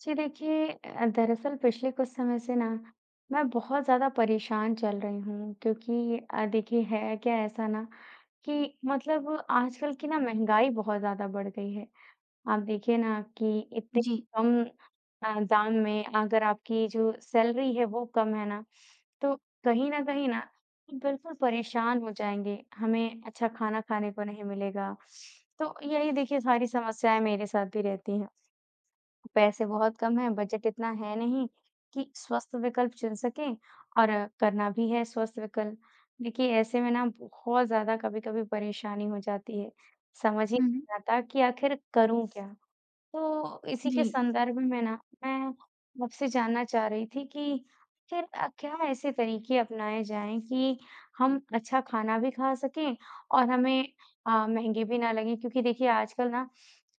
जी देखिए दरअसल पिछले कुछ समय से ना मैं बहुत ज़्यादा परेशान चल रही हूँ क्योंकि देखिए है क्या ऐसा ना कि मतलब आजकल की ना महंगाई बहुत ज़्यादा बढ़ गई है। आप देखिए ना कि इतने जी। कम दाम में अगर आपकी जो सैलरी है वो कम है ना, तो कहीं न कहीं ना हम बिल्कुल परेशान हो जाएँगे, हमें अच्छा खाना खाने को नहीं मिलेगा। तो यही देखिए सारी समस्याएँ मेरे साथ भी रहती हैं। पैसे बहुत कम हैं, बजट इतना है नहीं कि स्वस्थ विकल्प चुन सकें और करना भी है स्वस्थ विकल्प। देखिए, ऐसे में ना बहुत ज़्यादा कभी-कभी परेशानी हो जाती है। समझ ही हुँ, हुँ। नहीं आता कि आखिर करूँ क्या? तो इसी जी। के संदर्भ में ना मैं आपसे जानना चाह रही थी कि आखिर क्या ऐसे तरीके अपनाए जाएँ कि हम अच्छा खाना भी खा सकें और हमें महँगे भी ना लगें? क्योंकि देखिए आजकल ना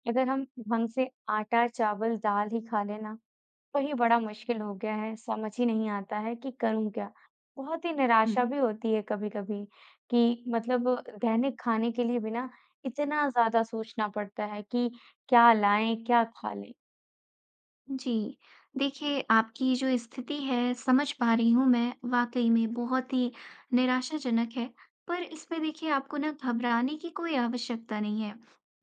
अगर हम ढंग से आटा, चावल, दाल ही खा लें ना, वही बड़ा मुश्किल हो गया है, समझ ही नहीं आता है कि करूँ क्या? बहुत ही हुँ। निराशा भी होती है कभी-कभी कि मतलब दैनिक खाने के लिए भी ना इतना ज़्यादा सोचना पड़ता है कि क्या लाएँ, क्या खा लें? जी। देखिए, आपकी जो स्थिति है समझ पा रही हूँ मैं, वाक़ई में बहुत ही निराशाजनक है। पर इसमें देखिए आपको ना घबराने की कोई आवश्यकता नहीं है।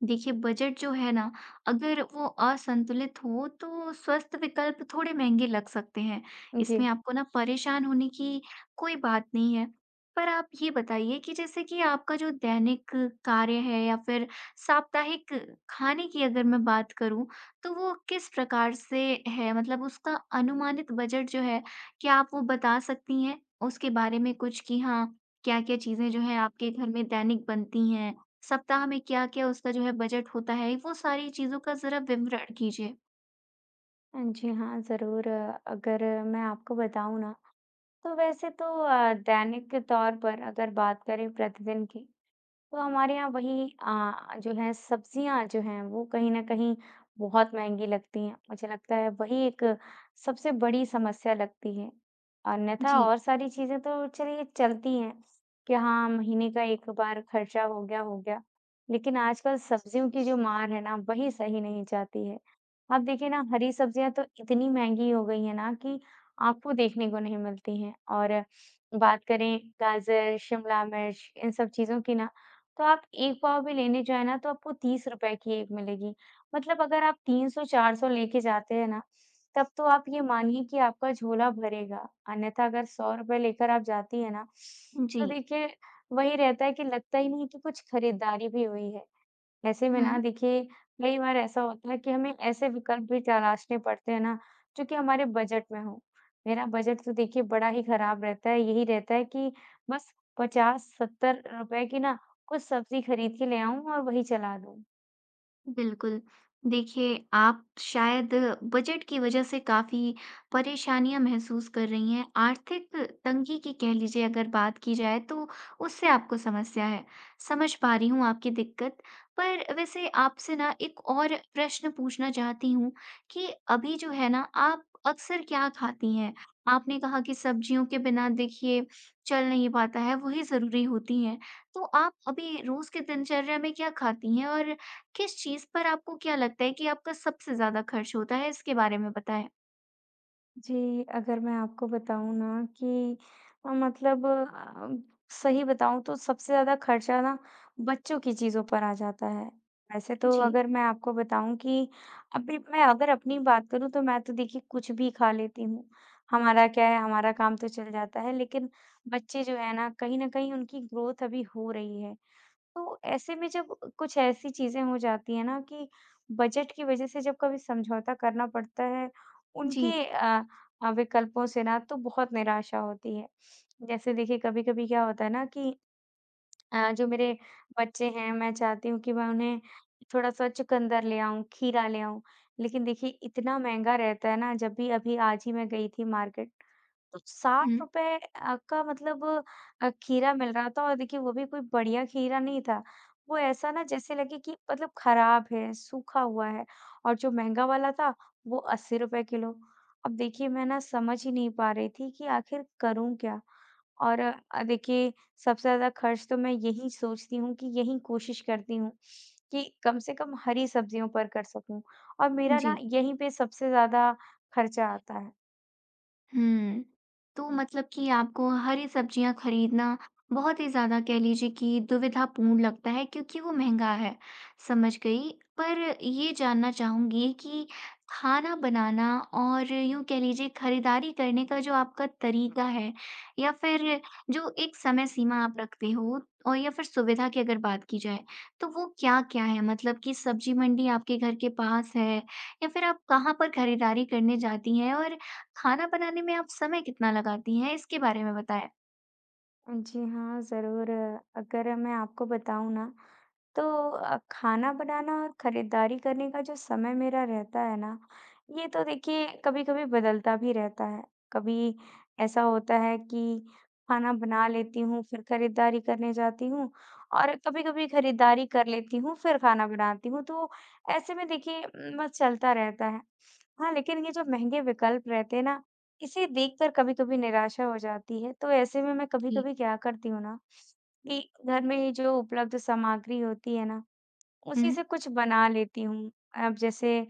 देखिए बजट जो है ना, अगर वो असंतुलित हो तो स्वस्थ विकल्प थोड़े महँगे लग सकते हैं। जी। इसमें आपको ना परेशान होने की कोई बात नहीं है। पर आप ये बताइए कि जैसे कि आपका जो दैनिक कार्य है या फिर साप्ताहिक खाने की अगर मैं बात करूँ, तो वो किस प्रकार से है? मतलब उसका अनुमानित बजट जो है, क्या आप वो बता सकती हैं? उसके बारे में कुछ कि हाँ, क्या-क्या चीज़ें जो हैं आपके घर में दैनिक बनती हैं? सप्ताह में क्या-क्या उसका जो है बजट होता है? वो सारी चीज़ों का ज़रा विवरण कीजिए। जी हाँ, ज़रूर अगर मैं आपको बताऊँ ना, तो वैसे तो दैनिक के तौर पर अगर बात करें प्रतिदिन की, तो हमारे यहाँ वही जो है सब्जियाँ जो हैं वो कहीं न कहीं बहुत महँगी लगती हैं। मुझे लगता है वही एक सबसे बड़ी समस्या लगती है। अन्यथा जी, और सारी चीज़ें तो चलिए चलती हैं कि हाँ, महीने का एक बार खर्चा हो गया, हो गया। लेकिन आजकल सब्जियों की जो मार है ना वही सही नहीं जाती है। आप देखिए ना हरी सब्जियाँ तो इतनी महँगी हो गई हैं ना कि आपको देखने को नहीं मिलती हैं और बात करें गाजर, शिमला मिर्च इन सब चीज़ों की ना तो आप 1 पाव भी लेने जाएँ ना तो आपको ₹30 की 1 मिलेगी। मतलब अगर आप 300-400 लेके जाते हैं ना, तब तो आप ये मानिए कि आपका झोला भरेगा। अन्यथा अगर ₹100 लेकर आप जाती हैं ना, जी। तो देखिए वही रहता है कि लगता ही नहीं है कि कुछ खरीदारी भी हुई है। ऐसे में हुँ। ना देखिए कई बार ऐसा होता है कि हमें ऐसे विकल्प भी तलाशने पड़ते हैं ना जो कि हमारे बजट में हो। मेरा बजट तो देखिए बड़ा ही खराब रहता है, यही रहता है कि बस 50-70 रुपए की ना कुछ सब्जी खरीद के ले आऊँ और वही चला दूँ। बिल्कुल। देखिए, आप शायद बजट की वज़ह से काफ़ी परेशानियाँ महसूस कर रही हैं। आर्थिक तंगी की कह लीजिए अगर बात की जाए तो उससे आपको समस्या है। समझ पा रही हूँ आपकी दिक्कत। पर वैसे आपसे ना एक और प्रश्न पूछना चाहती हूँ कि अभी जो है ना आप अक्सर क्या खाती हैं? आपने कहा कि सब्जियों के बिना देखिए चल नहीं पाता है, वही ज़रूरी होती हैं। तो आप अभी रोज़ की दिनचर्या में क्या खाती हैं और किस चीज़ पर आपको क्या लगता है कि आपका सबसे ज़्यादा खर्च होता है? इसके बारे में बताएँ। जी, अगर मैं आपको बताऊँ ना कि अ, मतलब अ, सही बताऊँ तो सबसे ज़्यादा खर्चा ना बच्चों की चीज़ों पर आ जाता है। वैसे तो जी। अगर मैं आपको बताऊँ कि अभी मैं अगर अपनी बात करूँ तो मैं तो देखिए कुछ भी खा लेती हूँ। हमारा क्या है, हमारा काम तो चल जाता है लेकिन बच्चे जो है ना, कहीं न कहीं उनकी ग्रोथ अभी हो रही है। तो ऐसे में जब कुछ ऐसी चीज़ें हो जाती हैं ना कि बजट की वज़ह से जब कभी समझौता करना पड़ता है, जी। उनके विकल्पों से ना तो बहुत निराशा होती है। जैसे देखिए कभी-कभी क्या होता है ना कि जो मेरे बच्चे हैं मैं चाहती हूँ कि मैं उन्हें थोड़ा-सा चुकंदर ले आऊँ, खीरा ले आऊँ। लेकिन देखिए इतना महँगा रहता है ना जब भी अभी आज ही मैं गई थी मार्केट तो हुँ। ₹60 का मतलब खीरा मिल रहा था और देखिए वो भी कोई बढ़िया खीरा नहीं था। वो ऐसा ना जैसे लगे कि मतलब खराब है, सूखा हुआ है और जो महँगा वाला था वो ₹80 किलो। अब देखिए मैं ना समझ ही नहीं पा रही थी कि आखिर करूँ क्या? और देखिए सबसे ज़्यादा खर्च तो मैं यही सोचती हूँ कि यही कोशिश करती हूँ कि कम से कम हरी सब्जियों पर कर सकूँ और मेरा ना जी। यहीं पे सबसे ज़्यादा खर्चा आता है। हुँ। तो मतलब कि आपको हरी सब्जियाँ खरीदना बहुत ही ज़्यादा कह लीजिए कि दुविधापूर्ण लगता है क्योंकि वो महँगा है, समझ गई। पर ये जानना चाहूँगी कि खाना बनाना और यूँ कह लीजिए खरीदारी करने का जो आपका तरीका है या फिर जो एक समय सीमा आप रखते हो और या फिर सुविधा की अगर बात की जाए, तो वो क्या-क्या है? मतलब कि सब्जी मंडी आपके घर के पास है या फिर आप कहाँ पर खरीदारी करने जाती हैं और खाना बनाने में आप समय कितना लगाती हैं, इसके बारे में बताएँ? जी हाँ, ज़रूर अगर मैं आपको बताऊँ ना, तो खाना बनाना और खरीदारी करने का जो समय मेरा रहता है ना, ये तो देखिए कभी-कभी बदलता भी रहता है। कभी ऐसा होता है कि खाना बना लेती हूँ, फिर खरीदारी करने जाती हूँ और कभी-कभी खरीदारी कर लेती हूँ, फिर खाना बनाती हूँ, तो ऐसे में देखिए बस चलता रहता है। हाँ, लेकिन ये जो महँगे विकल्प रहते हैं ना, इसे देखकर कभी-कभी निराशा हो जाती है, तो ऐसे में मैं जी। कभी-कभी क्या करती हूँ ना कि घर में जो उपलब्ध सामग्री होती है ना, हुँ। उसी से कुछ बना लेती हूँ। अब जैसे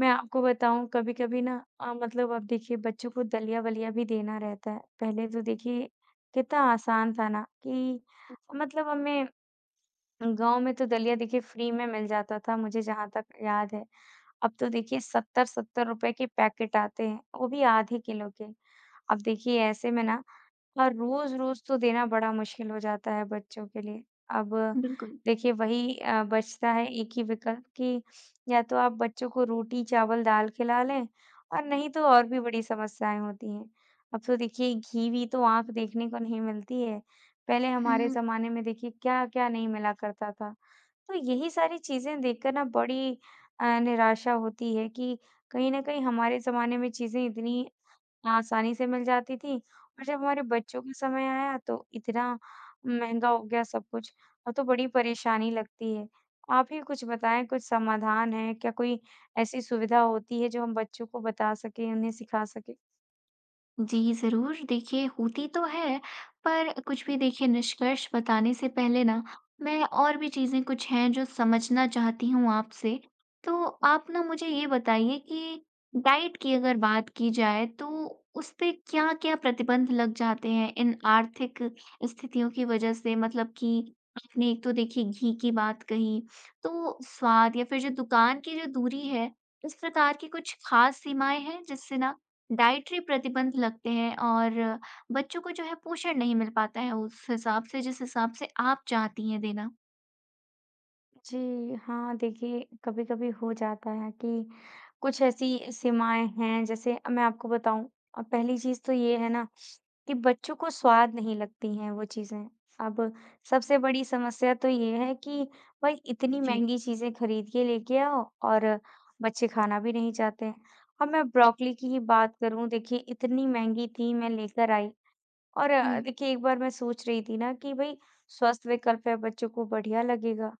मैं आपको बताऊँ कभी-कभी ना मतलब अब देखिए बच्चों को दलिया-वलिया भी देना रहता है। पहले तो देखिए कितना आसान था ना कि मतलब हमें गाँव में तो दलिया देखिए फ्री में मिल जाता था, मुझे जहाँ तक याद है। अब तो देखिए 70-70 रुपए के पैकेट आते हैं, वो भी आधे किलो के। अब देखिए ऐसे में ना और रोज़-रोज़ तो देना बड़ा मुश्किल हो जाता है बच्चों के लिए। अब बिल्कुल। देखिए वही बचता है एक ही विकल्प कि या तो आप बच्चों को रोटी-चावल, दाल खिला लें और नहीं तो और भी बड़ी समस्याएँ होती हैं। अब तो देखिए घी-वी तो आँख देखने को नहीं मिलती है। पहले हमारे हुँ। ज़माने में देखिए क्या-क्या नहीं मिला करता था। तो यही सारी चीज़ें देखकर ना बड़ी निराशा होती है कि कहीं न कहीं हमारे ज़माने में चीज़ें इतनी आसानी से मिल जाती थी और जब हमारे बच्चों का समय आया तो इतना महँगा हो गया सब कुछ। अब तो बड़ी परेशानी लगती है। आप ही कुछ बताएँ, कुछ समाधान है? क्या कोई ऐसी सुविधा होती है जो हम बच्चों को बता सकें, उन्हें सिखा सकें? जी, ज़रूर। देखिए, होती तो है, पर कुछ भी देखिए निष्कर्ष बताने से पहले ना, मैं और भी चीज़ें कुछ हैं जो समझना चाहती हूँ आपसे। तो आप ना मुझे ये बताइए कि डाइट की अगर बात की जाए, तो उसपे क्या-क्या प्रतिबंध लग जाते हैं इन आर्थिक स्थितियों की वजह से? मतलब कि आपने एक तो देखिए घी की बात कही, तो स्वाद या फिर जो दुकान की जो दूरी है, इस प्रकार की कुछ खास सीमाएँ हैं जिससे ना डाइटरी प्रतिबंध लगते हैं और बच्चों को जो है पोषण नहीं मिल पाता है उस हिसाब से जिस हिसाब से आप चाहती हैं देना। जी, हाँ, देखिए कभी-कभी हो जाता है कि कुछ ऐसी सीमाएँ हैं जैसे मैं आपको बताऊँ पहली चीज़ तो ये है ना कि बच्चों को स्वाद नहीं लगती हैं वो चीज़ें। अब सबसे बड़ी समस्या तो ये है कि भाई इतनी जी। महँगी चीज़ें खरीद के लेके आओ और बच्चे खाना भी नहीं चाहते हैं। अब मैं ब्रोकली की ही बात करूँ देखिए इतनी महँगी थी मैं लेकर आई और हुँ, देखिए एक बार मैं सोच रही थी ना कि भई स्वस्थ विकल्प है, बच्चों को बढ़िया लगेगा।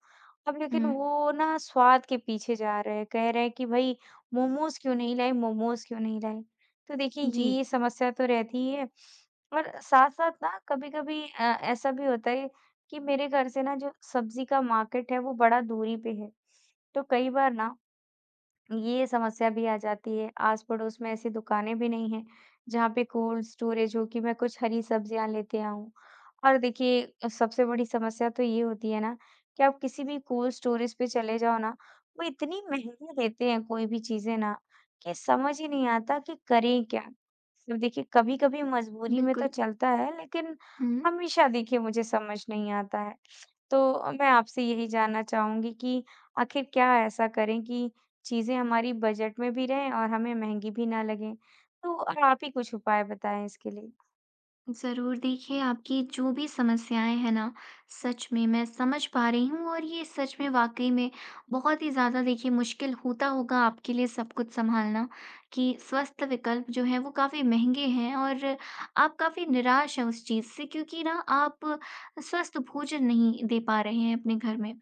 अब लेकिन हुँ। वो ना स्वाद के पीछे जा रहे हैं, कह रहे हैं कि भई मोमोज़ क्यों नहीं लाए, मोमोज़ क्यों नहीं लाए? तो देखिए जी, ये समस्या तो रहती ही है और साथ-साथ ना कभी-कभी ऐसा भी होता है कि मेरे घर से ना जो सब्ज़ी का मार्केट है वो बड़ा दूरी पे है। तो कई बार ना ये समस्या भी आ जाती है। आस-पड़ोस में ऐसी दुकानें भी नहीं हैं, जहाँ पे कोल्ड स्टोरेज हो कि मैं कुछ हरी सब्जियाँ लेते आऊँ। और देखिए सबसे बड़ी समस्या तो ये होती है ना कि आप किसी भी कोल्ड स्टोरेज पे चले जाओ ना, वो इतनी महँगी देते हैं कोई भी चीज़ें ना कि समझ ही नहीं आता कि करें क्या? तो देखिए कभी-कभी मजबूरी में तो बिल्कुल। चलता है, लेकिन हुँ। हमेशा देखिए मुझे समझ नहीं आता है। तो मैं आपसे यही जानना चाहूँगी कि आखिर क्या ऐसा करें कि चीज़ें हमारी बजट में भी रहें और हमें महँगी भी ना लगें? तो आप ही कुछ उपाय बताएँ इसके लिए। ज़रूर देखिए, आपकी जो भी समस्याएँ हैं ना, सच में मैं समझ पा रही हूँ और ये सच में वाक़ई में बहुत ही ज़्यादा देखिए मुश्किल होता होगा आपके लिए सब कुछ सँभालना कि स्वस्थ विकल्प जो हैं वो काफ़ी महँगे हैं और आप काफ़ी निराश हैं उस चीज़ से क्योंकि ना आप स्वस्थ भोजन नहीं दे पा रहे हैं अपने घर में।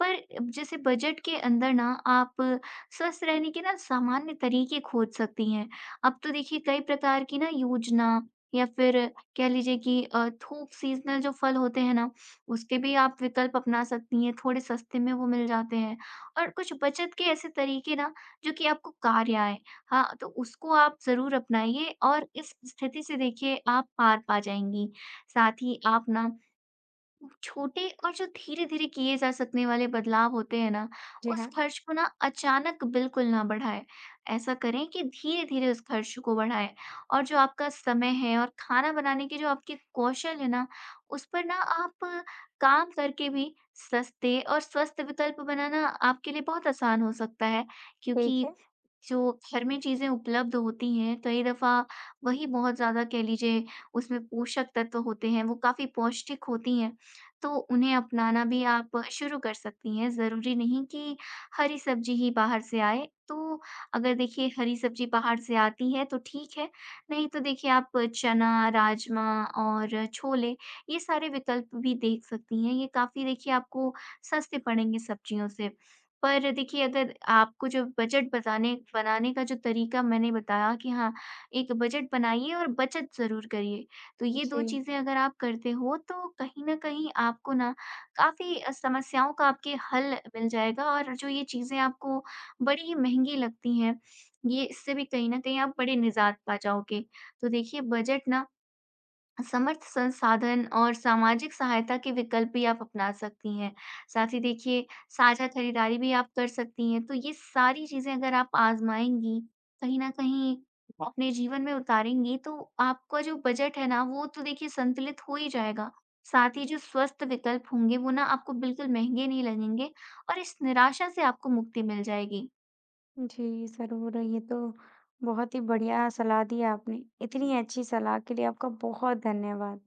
पर जैसे बजट के अंदर ना आप स्वस्थ रहने के ना सामान्य तरीके खोज सकती हैं। अब तो देखिए कई प्रकार की ना योजना या फिर कह लीजिए कि थोक सीज़नल जो फल होते हैं ना, उसके भी आप विकल्प अपना सकती हैं, थोड़े सस्ते में वो मिल जाते हैं। और कुछ बचत के ऐसे तरीके ना जो कि आपको कार्य आएँ। हाँ, तो उसको आप ज़रूर अपनाइए और इस स्थिति से देखिए आप पार पा जाएँगी। साथ ही आप ना छोटे और जो धीरे-धीरे किए जा सकने वाले बदलाव होते हैं ना, जी उस हाँ, खर्च को ना अचानक बिल्कुल ना बढ़ाएँ। ऐसा करें कि धीरे-धीरे उस खर्च को बढ़ाएँ और जो आपका समय है और खाना बनाने के जो आपके कौशल है ना, उस पर ना आप काम करके भी सस्ते और स्वस्थ विकल्प बनाना आपके लिए बहुत आसान हो सकता है। ठीक क्योंकि है। जो घर में चीज़ें उपलब्ध होती हैं, कई दफ़ा वही बहुत ज़्यादा कह लीजिए उसमें पोषक तत्व होते हैं, वो काफ़ी पौष्टिक होती हैं। तो उन्हें अपनाना भी आप शुरू कर सकती हैं। ज़रूरी नहीं कि हरी सब्ज़ी ही बाहर से आए, तो अगर देखिए हरी सब्ज़ी बाहर से आती है तो ठीक है, नहीं तो देखिए आप चना, राजमा और छोले ये सारे विकल्प भी देख सकती हैं। ये काफ़ी देखिए आपको सस्ते पड़ेंगे सब्ज़ियों से। पर देखिए अगर आपको जो बजट बताने बनाने का जो तरीका मैंने बताया कि हाँ, एक बजट बनाइए और बचत ज़रूर करिए। तो ये 2 जी, चीज़ें अगर आप करते हो तो कहीं न कहीं आपको ना काफ़ी समस्याओं का आपके हल मिल जाएगा और जो ये चीज़ें आपको बड़ी ही महँगी लगती हैं, ये इससे भी कहीं न कहीं आप बड़े निजात पा जाओगे। तो देखिए बजट ना समर्थ संसाधन और सामाजिक सहायता के विकल्प भी आप अपना सकती हैं। साथ ही देखिए साझा खरीदारी भी आप कर सकती हैं। तो ये सारी चीज़ें अगर आप आज़माएँगी, कहीं न कहीं अपने जीवन में उतारेंगी तो आपका जो बजट है ना वो तो देखिए संतुलित हो ही जाएगा। साथ ही जो स्वस्थ विकल्प होंगे वो ना आपको बिल्कुल महँगे नहीं लगेंगे और इस निराशा से आपको मुक्ति मिल जाएगी। जी, ज़रूर। ये तो बहुत ही बढ़िया सलाह दी आपने। इतनी अच्छी सलाह के लिए आपका बहुत धन्यवाद।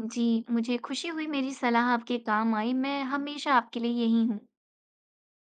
जी, मुझे खुशी हुई मेरी सलाह आपके काम आई। मैं हमेशा आपके लिए यहीं हूँ।